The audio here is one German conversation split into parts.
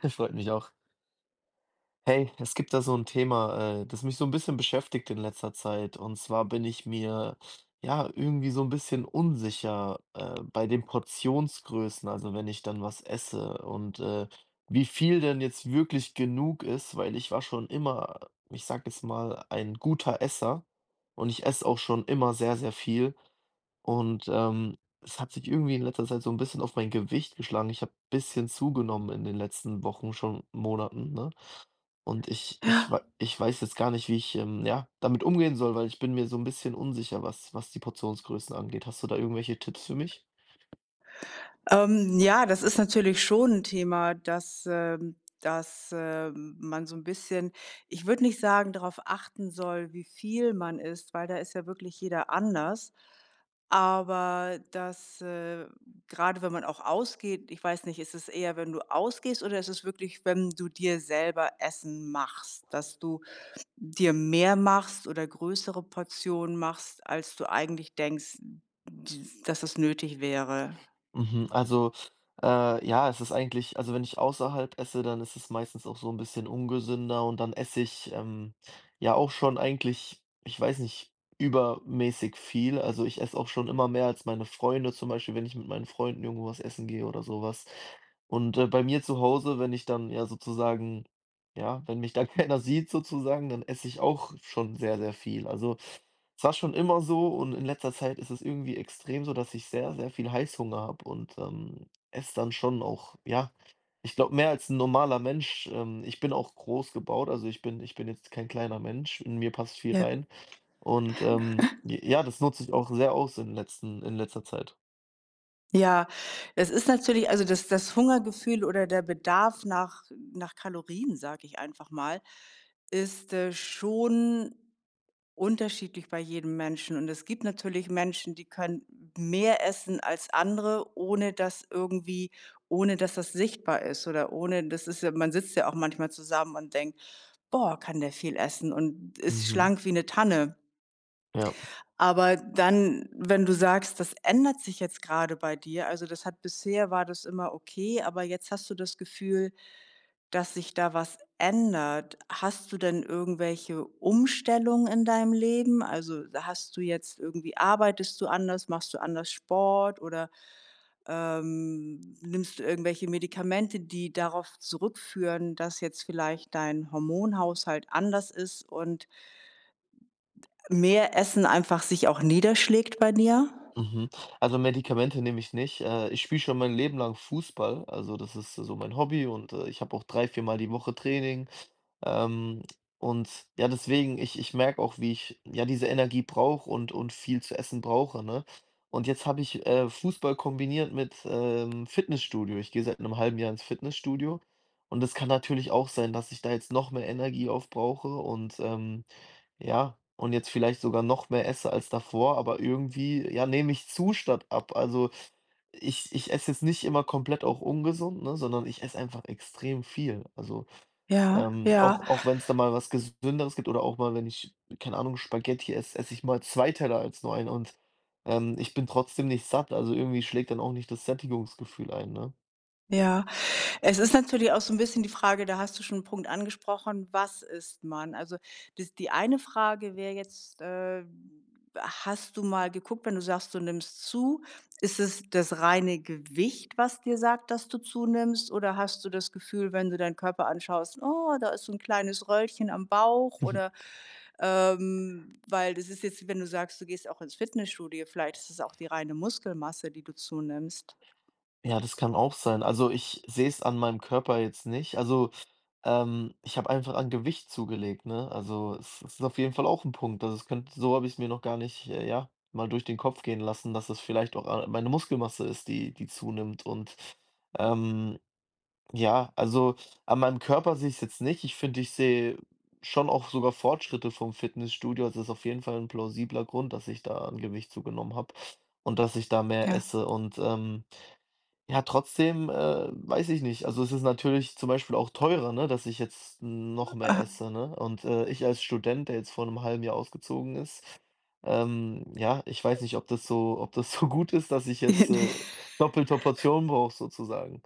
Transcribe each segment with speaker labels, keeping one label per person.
Speaker 1: Das freut mich auch. Hey, es gibt da so ein Thema, das mich so ein bisschen beschäftigt in letzter Zeit. Und zwar bin ich mir, ja, irgendwie so ein bisschen unsicher, bei den Portionsgrößen, also wenn ich dann was esse und, wie viel denn jetzt wirklich genug ist, weil ich war schon immer, ich sage jetzt mal, ein guter Esser und ich esse auch schon immer sehr, sehr viel. Und, es hat sich irgendwie in letzter Zeit so ein bisschen auf mein Gewicht geschlagen. Ich habe ein bisschen zugenommen in den letzten Wochen, schon Monaten, ne? Und ich weiß jetzt gar nicht, wie ich, ja, damit umgehen soll, weil ich bin mir so ein bisschen unsicher, was die Portionsgrößen angeht. Hast du da irgendwelche Tipps für mich?
Speaker 2: Ja, das ist natürlich schon 'n Thema, dass man so 'n bisschen ich würde nicht sagen, darauf achten soll, wie viel man isst, weil da ist ja wirklich jeder anders. Aber dass grade wenn man auch ausgeht ich weiß nicht, ist es eher, wenn du ausgehst oder ist es wirklich, wenn du dir selber Essen machst, dass du dir mehr machst oder größere Portionen machst, als du eigentlich denkst, d dass es nötig wäre?
Speaker 1: Mhm, also, ja, es ist eigentlich also, wenn ich außerhalb esse, dann ist es meistens auch so ein bisschen ungesünder und dann esse ich, ja auch schon eigentlich, ich weiß nicht, übermäßig viel. Also, ich esse auch schon immer mehr als meine Freunde, zum Beispiel, wenn ich mit meinen Freunden irgendwo was essen gehe oder sowas. Und, bei mir zu Hause, wenn ich dann ja sozusagen ja, wenn mich da keiner sieht sozusagen, dann esse ich auch schon sehr, sehr viel. Also es war schon immer so und in letzter Zeit ist es irgendwie extrem so, dass ich sehr, sehr viel Heißhunger habe und, esse dann schon auch, ja, ich glaube, mehr als ein normaler Mensch. Ich bin auch groß gebaut, also ich bin jetzt kein kleiner Mensch, in mir passt viel
Speaker 2: Ja.
Speaker 1: rein und, j ja, das nutze ich auch sehr aus in letzten in letzter Zeit.
Speaker 2: Ja, es ist natürlich also, das Hungergefühl oder der Bedarf nach nach Kalorien, sage ich einfach mal, ist schon unterschiedlich bei jedem Menschen. Und es gibt natürlich Menschen, die können mehr essen als andere, ohne dass irgendwie ohne dass das sichtbar ist oder ohne das ist ja man sitzt ja auch manchmal zusammen und denkt: „Boah, kann der viel essen und ist
Speaker 1: Mhm,
Speaker 2: schlank wie eine Tanne.“
Speaker 1: ja.
Speaker 2: Aber dann, wenn du sagst, das ändert sich jetzt gerade bei dir, also, das hat bisher war das immer okay, aber jetzt hast du das Gefühl, dass sich da was ändert. Hast du denn irgendwelche Umstellungen in deinem Leben? Also, hast du jetzt irgendwie arbeitest du anders? Machst du anders Sport oder, nimmst du irgendwelche Medikamente, die darauf zurückführen, dass jetzt vielleicht dein Hormonhaushalt anders ist und mehr Essen einfach sich auch niederschlägt bei dir?
Speaker 1: Mhm. Also Medikamente nehme ich nicht. Ich spiele schon mein Leben lang Fußball. Also das ist so mein Hobby und ich habe auch drei, viermal die Woche Training. Ähm, und ja, deswegen, ich merke auch, wie ich ja diese Energie brauche und viel zu essen brauche, ne? Und jetzt habe ich Fußball kombiniert mit Fitnessstudio. Ich gehe seit einem halben Jahr ins Fitnessstudio. Und es kann natürlich auch sein, dass ich da jetzt noch mehr Energie aufbrauche und ja, und jetzt vielleicht sogar noch mehr esse als davor, aber irgendwie, ja, nehme ich zu statt ab. Also ich esse jetzt nicht immer komplett auch ungesund, ne, sondern ich esse einfach extrem viel. Also
Speaker 2: Ja, ja.
Speaker 1: auch wenn es da mal was Gesünderes gibt oder auch mal, wenn ich, keine Ahnung, Spaghetti esse, esse ich mal zwei Teller als nur einen und ich bin trotzdem nicht satt. Also irgendwie schlägt dann auch nicht das Sättigungsgefühl ein, ne?
Speaker 2: Ja, es ist natürlich auch so ein bisschen die Frage, da hast du schon einen Punkt angesprochen, was isst man? Also, das die eine Frage wäre jetzt, hast du mal geguckt, wenn du sagst, du nimmst zu, ist es das reine Gewicht, was dir sagt, dass du zunimmst? Oder hast du das Gefühl, wenn du deinen Körper anschaust: „Oh, da ist so ein kleines Röllchen am Bauch“, oder, weil das ist jetzt, wenn du sagst, du gehst auch ins Fitnessstudio, vielleicht ist es auch die reine Muskelmasse, die du zunimmst.
Speaker 1: Ja, das kann auch sein. Also ich sehe es an meinem Körper jetzt nicht. Also ich habe einfach an Gewicht zugelegt, ne? Also, es ist auf jeden Fall auch ein Punkt. Also, es könnte so habe ich es mir noch gar nicht, ja, mal durch den Kopf gehen lassen, dass es vielleicht auch a meine Muskelmasse ist, die zunimmt und, ähm, ja, also, an meinem Körper sehe ich es jetzt nicht. Ich finde, ich sehe schon auch sogar Fortschritte vom Fitnessstudio. Also, es ist auf jeden Fall ein plausibler Grund, dass ich da an Gewicht zugenommen habe und dass ich da mehr
Speaker 2: Ja.
Speaker 1: esse und, ja, trotzdem, weiß ich nicht. Also, es ist natürlich zum Beispiel auch teurer, ne, dass ich jetzt noch mehr
Speaker 2: Aha.
Speaker 1: esse, ne? Und, ich als Student, der jetzt vor einem halben Jahr ausgezogen ist, ja, ich weiß nicht, ob das so gut ist, dass ich jetzt, doppelte Portionen brauche sozusagen.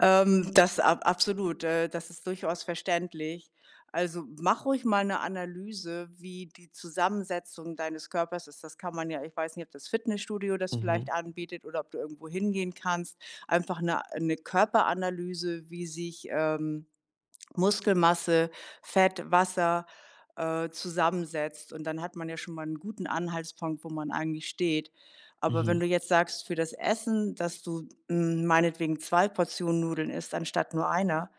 Speaker 2: Das ab absolut, das ist durchaus verständlich. Also, mach ruhig mal eine Analyse, wie die Zusammensetzung deines Körpers ist. Das kann man ja ich weiß nicht, ob das Fitnessstudio das vielleicht
Speaker 1: Mhm,
Speaker 2: anbietet oder ob du irgendwo hingehen kannst. Einfach eine Körperanalyse, wie sich Muskelmasse, Fett, Wasser, zusammensetzt. Und dann hat man ja schon mal einen guten Anhaltspunkt, wo man eigentlich steht. Aber
Speaker 1: mhm.
Speaker 2: wenn du jetzt sagst für das Essen, dass du meinetwegen 2 Portionen Nudeln isst anstatt nur einer,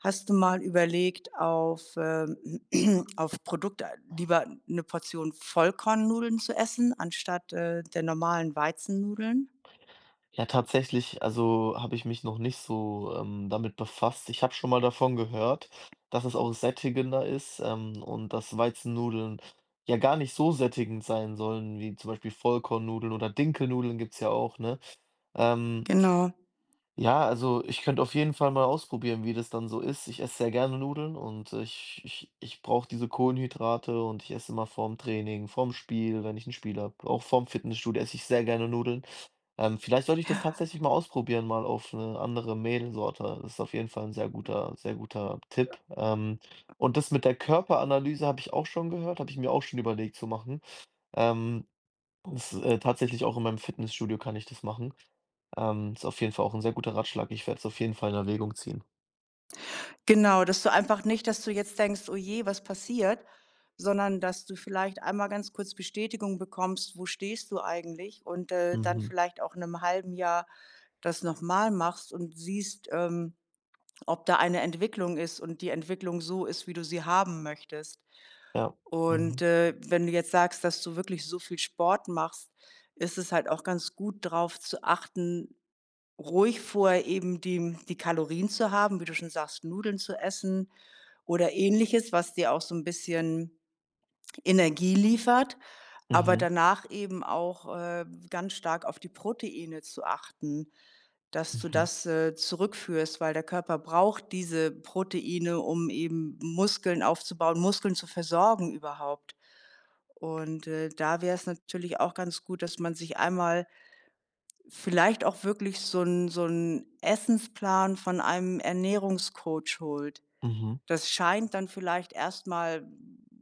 Speaker 2: hast du mal überlegt, auf Produkte lieber eine Portion Vollkornnudeln zu essen anstatt der normalen Weizennudeln?
Speaker 1: Ja, tatsächlich, also habe ich mich noch nicht so damit befasst. Ich habe schon mal davon gehört, dass es auch sättigender ist und dass Weizennudeln ja gar nicht so sättigend sein sollen, wie zum Beispiel Vollkornnudeln oder Dinkelnudeln gibt es ja auch, ne? Ähm,
Speaker 2: Genau.
Speaker 1: ja, also ich könnte auf jeden Fall mal ausprobieren, wie das dann so ist. Ich esse sehr gerne Nudeln und ich brauche diese Kohlenhydrate und ich esse immer vorm Training, vorm Spiel, wenn ich ein Spiel habe. Auch vorm Fitnessstudio esse ich sehr gerne Nudeln. Vielleicht sollte ich das tatsächlich mal ausprobieren, mal auf eine andere Mehlsorte. Das ist auf jeden Fall ein sehr guter Tipp. Und das mit der Körperanalyse habe ich auch schon gehört, habe ich mir auch schon überlegt zu machen. Ähm, das, tatsächlich auch in meinem Fitnessstudio kann ich das machen. Ist auf jeden Fall auch ein sehr guter Ratschlag. Ich werde es auf jeden Fall in Erwägung ziehen.
Speaker 2: Genau, dass du einfach nicht dass du jetzt denkst: „Oh je, was passiert?“, sondern dass du vielleicht einmal ganz kurz Bestätigung bekommst: „Wo stehst du eigentlich?“ und dann
Speaker 1: Mhm.
Speaker 2: vielleicht auch in einem halben Jahr das noch mal machst und siehst, ob da eine Entwicklung ist und die Entwicklung so ist, wie du sie haben möchtest.
Speaker 1: Ja.
Speaker 2: Und,
Speaker 1: Mhm.
Speaker 2: wenn du jetzt sagst, dass du wirklich so viel Sport machst, ist es halt auch ganz gut, drauf zu achten, ruhig vorher eben die Kalorien zu haben, wie du schon sagst, Nudeln zu essen, oder Ähnliches, was dir auch so ein bisschen Energie liefert, aber
Speaker 1: Mhm.
Speaker 2: danach eben auch ganz stark auf die Proteine zu achten, dass du
Speaker 1: Mhm.
Speaker 2: das zurückführst, weil der Körper braucht diese Proteine, um eben Muskeln aufzubauen, Muskeln zu versorgen überhaupt. Und, da wäre es natürlich auch ganz gut, dass man sich einmal vielleicht auch wirklich so 'n Essensplan von einem Ernährungscoach holt,
Speaker 1: Mhm. Mhm.
Speaker 2: das scheint dann vielleicht erstmal,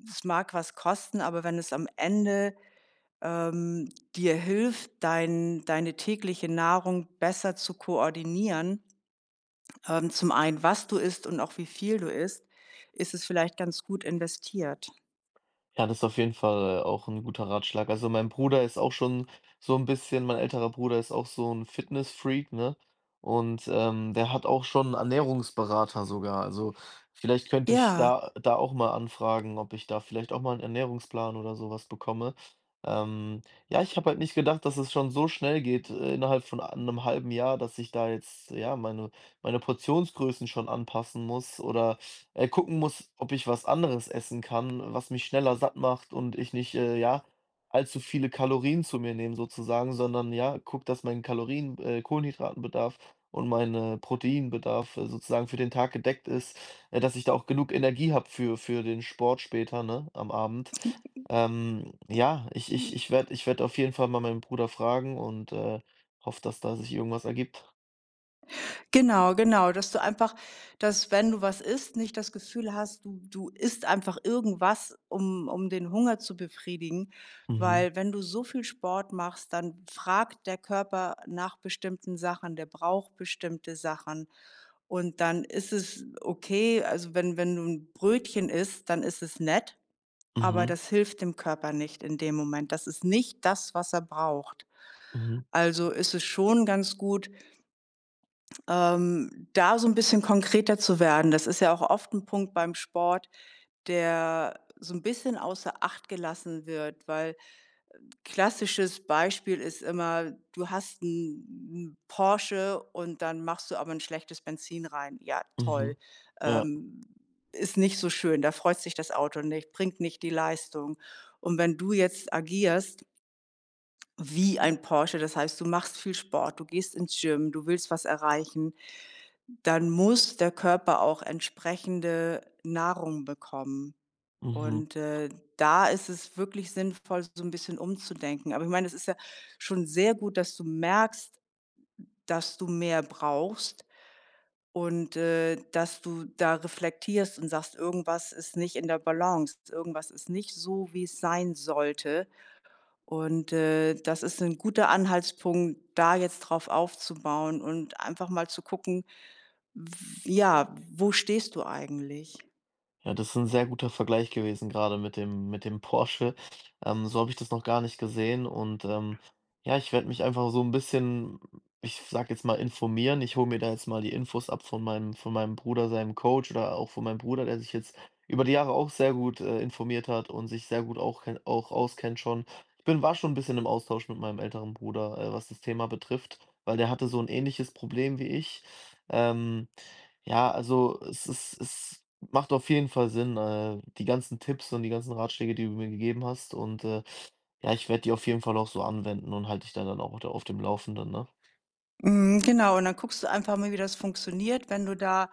Speaker 2: es mag was kosten, aber wenn es am Ende, ähm, dir hilft, deine tägliche Nahrung besser zu koordinieren, zum einen, was du isst und auch wie viel du isst, ist es vielleicht ganz gut investiert.
Speaker 1: Ja, das ist auf jeden Fall, auch ein guter Ratschlag. Also, mein Bruder ist auch schon so ein bisschen mein älterer Bruder ist auch so ein Fitness-Freak, ne? Und, der hat auch schon 'n Ernährungsberater sogar. Also, vielleicht könnte ich
Speaker 2: Ja.
Speaker 1: da auch mal anfragen, ob ich da vielleicht auch mal einen Ernährungsplan oder sowas bekomme. Ähm, ja, ich habe halt nicht gedacht, dass es schon so schnell geht, innerhalb von einem halben Jahr, dass ich da jetzt, ja, meine Portionsgrößen schon anpassen muss oder gucken muss, ob ich was anderes essen kann, was mich schneller satt macht und ich nicht, ja, allzu viele Kalorien zu mir nehme sozusagen, sondern ja, guck, dass mein Kalorien, Kohlenhydratenbedarf und mein, Proteinbedarf, sozusagen für den Tag gedeckt ist, dass ich da auch genug Energie habe für den Sport später, ne, am Abend. Ja, ich werde auf jeden Fall mal meinen Bruder fragen und, hoffe, dass da sich irgendwas ergibt.
Speaker 2: Genau, genau, dass du einfach dass wenn du was isst, nicht das Gefühl hast, du isst einfach irgendwas, um den Hunger zu befriedigen,
Speaker 1: Mhm,
Speaker 2: weil wenn du so viel Sport machst, dann fragt der Körper nach bestimmten Sachen, der braucht bestimmte Sachen. Und dann ist es okay, also wenn du ein Brötchen isst, dann ist es nett, aber
Speaker 1: mhm,
Speaker 2: das hilft dem Körper nicht in dem Moment. Das ist nicht das, was er braucht.
Speaker 1: mhm,
Speaker 2: Also ist es schon ganz gut da so ein bisschen konkreter zu werden, das ist ja auch oft ein Punkt beim Sport, der so ein bisschen außer Acht gelassen wird, weil klassisches Beispiel ist immer, du hast einen Porsche und dann machst du aber ein schlechtes Benzin rein. Ja, toll.
Speaker 1: mhm, ja,
Speaker 2: Ähm, ist nicht so schön, da freut sich das Auto nicht, bringt nicht die Leistung. Und wenn du jetzt agierst wie ein Porsche, das heißt, du machst viel Sport, du gehst ins Gym, du willst was erreichen dann muss der Körper auch entsprechende Nahrung bekommen.
Speaker 1: mhm.
Speaker 2: Und, da ist es wirklich sinnvoll, so ein bisschen umzudenken. Aber ich meine, es ist ja schon sehr gut, dass du merkst, dass du mehr brauchst und, dass du da reflektierst und sagst: „Irgendwas ist nicht in der Balance. Irgendwas ist nicht so, wie es sein sollte.“ Und, das ist ein guter Anhaltspunkt, da jetzt drauf aufzubauen und einfach mal zu gucken, W ja, wo stehst du eigentlich?
Speaker 1: Ja, das ist ein sehr guter Vergleich gewesen, gerade mit dem Porsche. So habe ich das noch gar nicht gesehen und, ja, ich werde mich einfach so ein bisschen, ich sage jetzt mal, informieren. Ich hole mir da jetzt mal die Infos ab von meinem Bruder, seinem Coach oder auch von meinem Bruder, der sich jetzt über die Jahre auch sehr gut, informiert hat und sich sehr gut auch auskennt schon. Ich bin war schon ein bisschen im Austausch mit meinem älteren Bruder, was das Thema betrifft, weil der hatte so ein ähnliches Problem wie ich. Ähm, ja, also es ist es macht auf jeden Fall Sinn, die ganzen Tipps und die ganzen Ratschläge, die du mir gegeben hast. Und ja, ich werde die auf jeden Fall auch so anwenden und halte dich da dann auch da auf dem Laufenden, ne?
Speaker 2: Mhm, genau, und dann guckst du einfach mal, wie das funktioniert, wenn du da,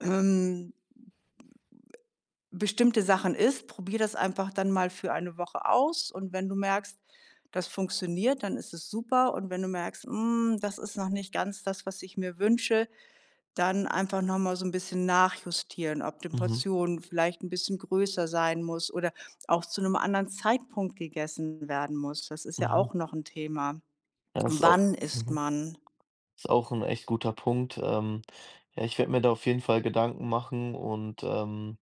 Speaker 2: ähm, bestimmte Sachen isst. Probier das einfach dann mal für eine Woche aus und wenn du merkst, das funktioniert, dann ist es super und wenn du merkst: „Hm, das ist noch nicht ganz das, was ich mir wünsche“, dann einfach noch mal so ein bisschen nachjustieren, ob die
Speaker 1: Mhm,
Speaker 2: Portion vielleicht ein bisschen größer sein muss oder auch zu einem anderen Zeitpunkt gegessen werden muss. Das ist ja
Speaker 1: mhm.
Speaker 2: auch noch ein Thema.
Speaker 1: Ja, das ist auch
Speaker 2: Wann isst
Speaker 1: mhm.
Speaker 2: man?
Speaker 1: Ist auch ein echt guter Punkt. Ja, ich werde mir da auf jeden Fall Gedanken machen und,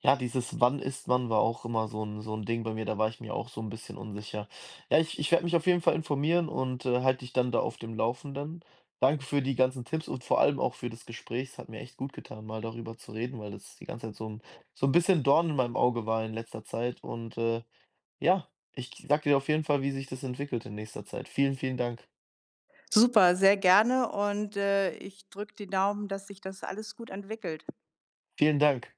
Speaker 1: ja, dieses „Wann isst man?“ war auch immer so ein Ding bei mir, da war ich mir auch so ein bisschen unsicher. Ja, ich werde mich auf jeden Fall informieren und, halte dich dann da auf dem Laufenden. Danke für die ganzen Tipps und vor allem auch für das Gespräch. Es hat mir echt gut getan, mal darüber zu reden, weil das die ganze Zeit so ein bisschen Dorn in meinem Auge war in letzter Zeit und, ja, ich sage dir auf jeden Fall, wie sich das entwickelt in nächster Zeit. Vielen, vielen Dank.
Speaker 2: Super, sehr gerne und, ich drücke die Daumen, dass sich das alles gut entwickelt.
Speaker 1: Vielen Dank.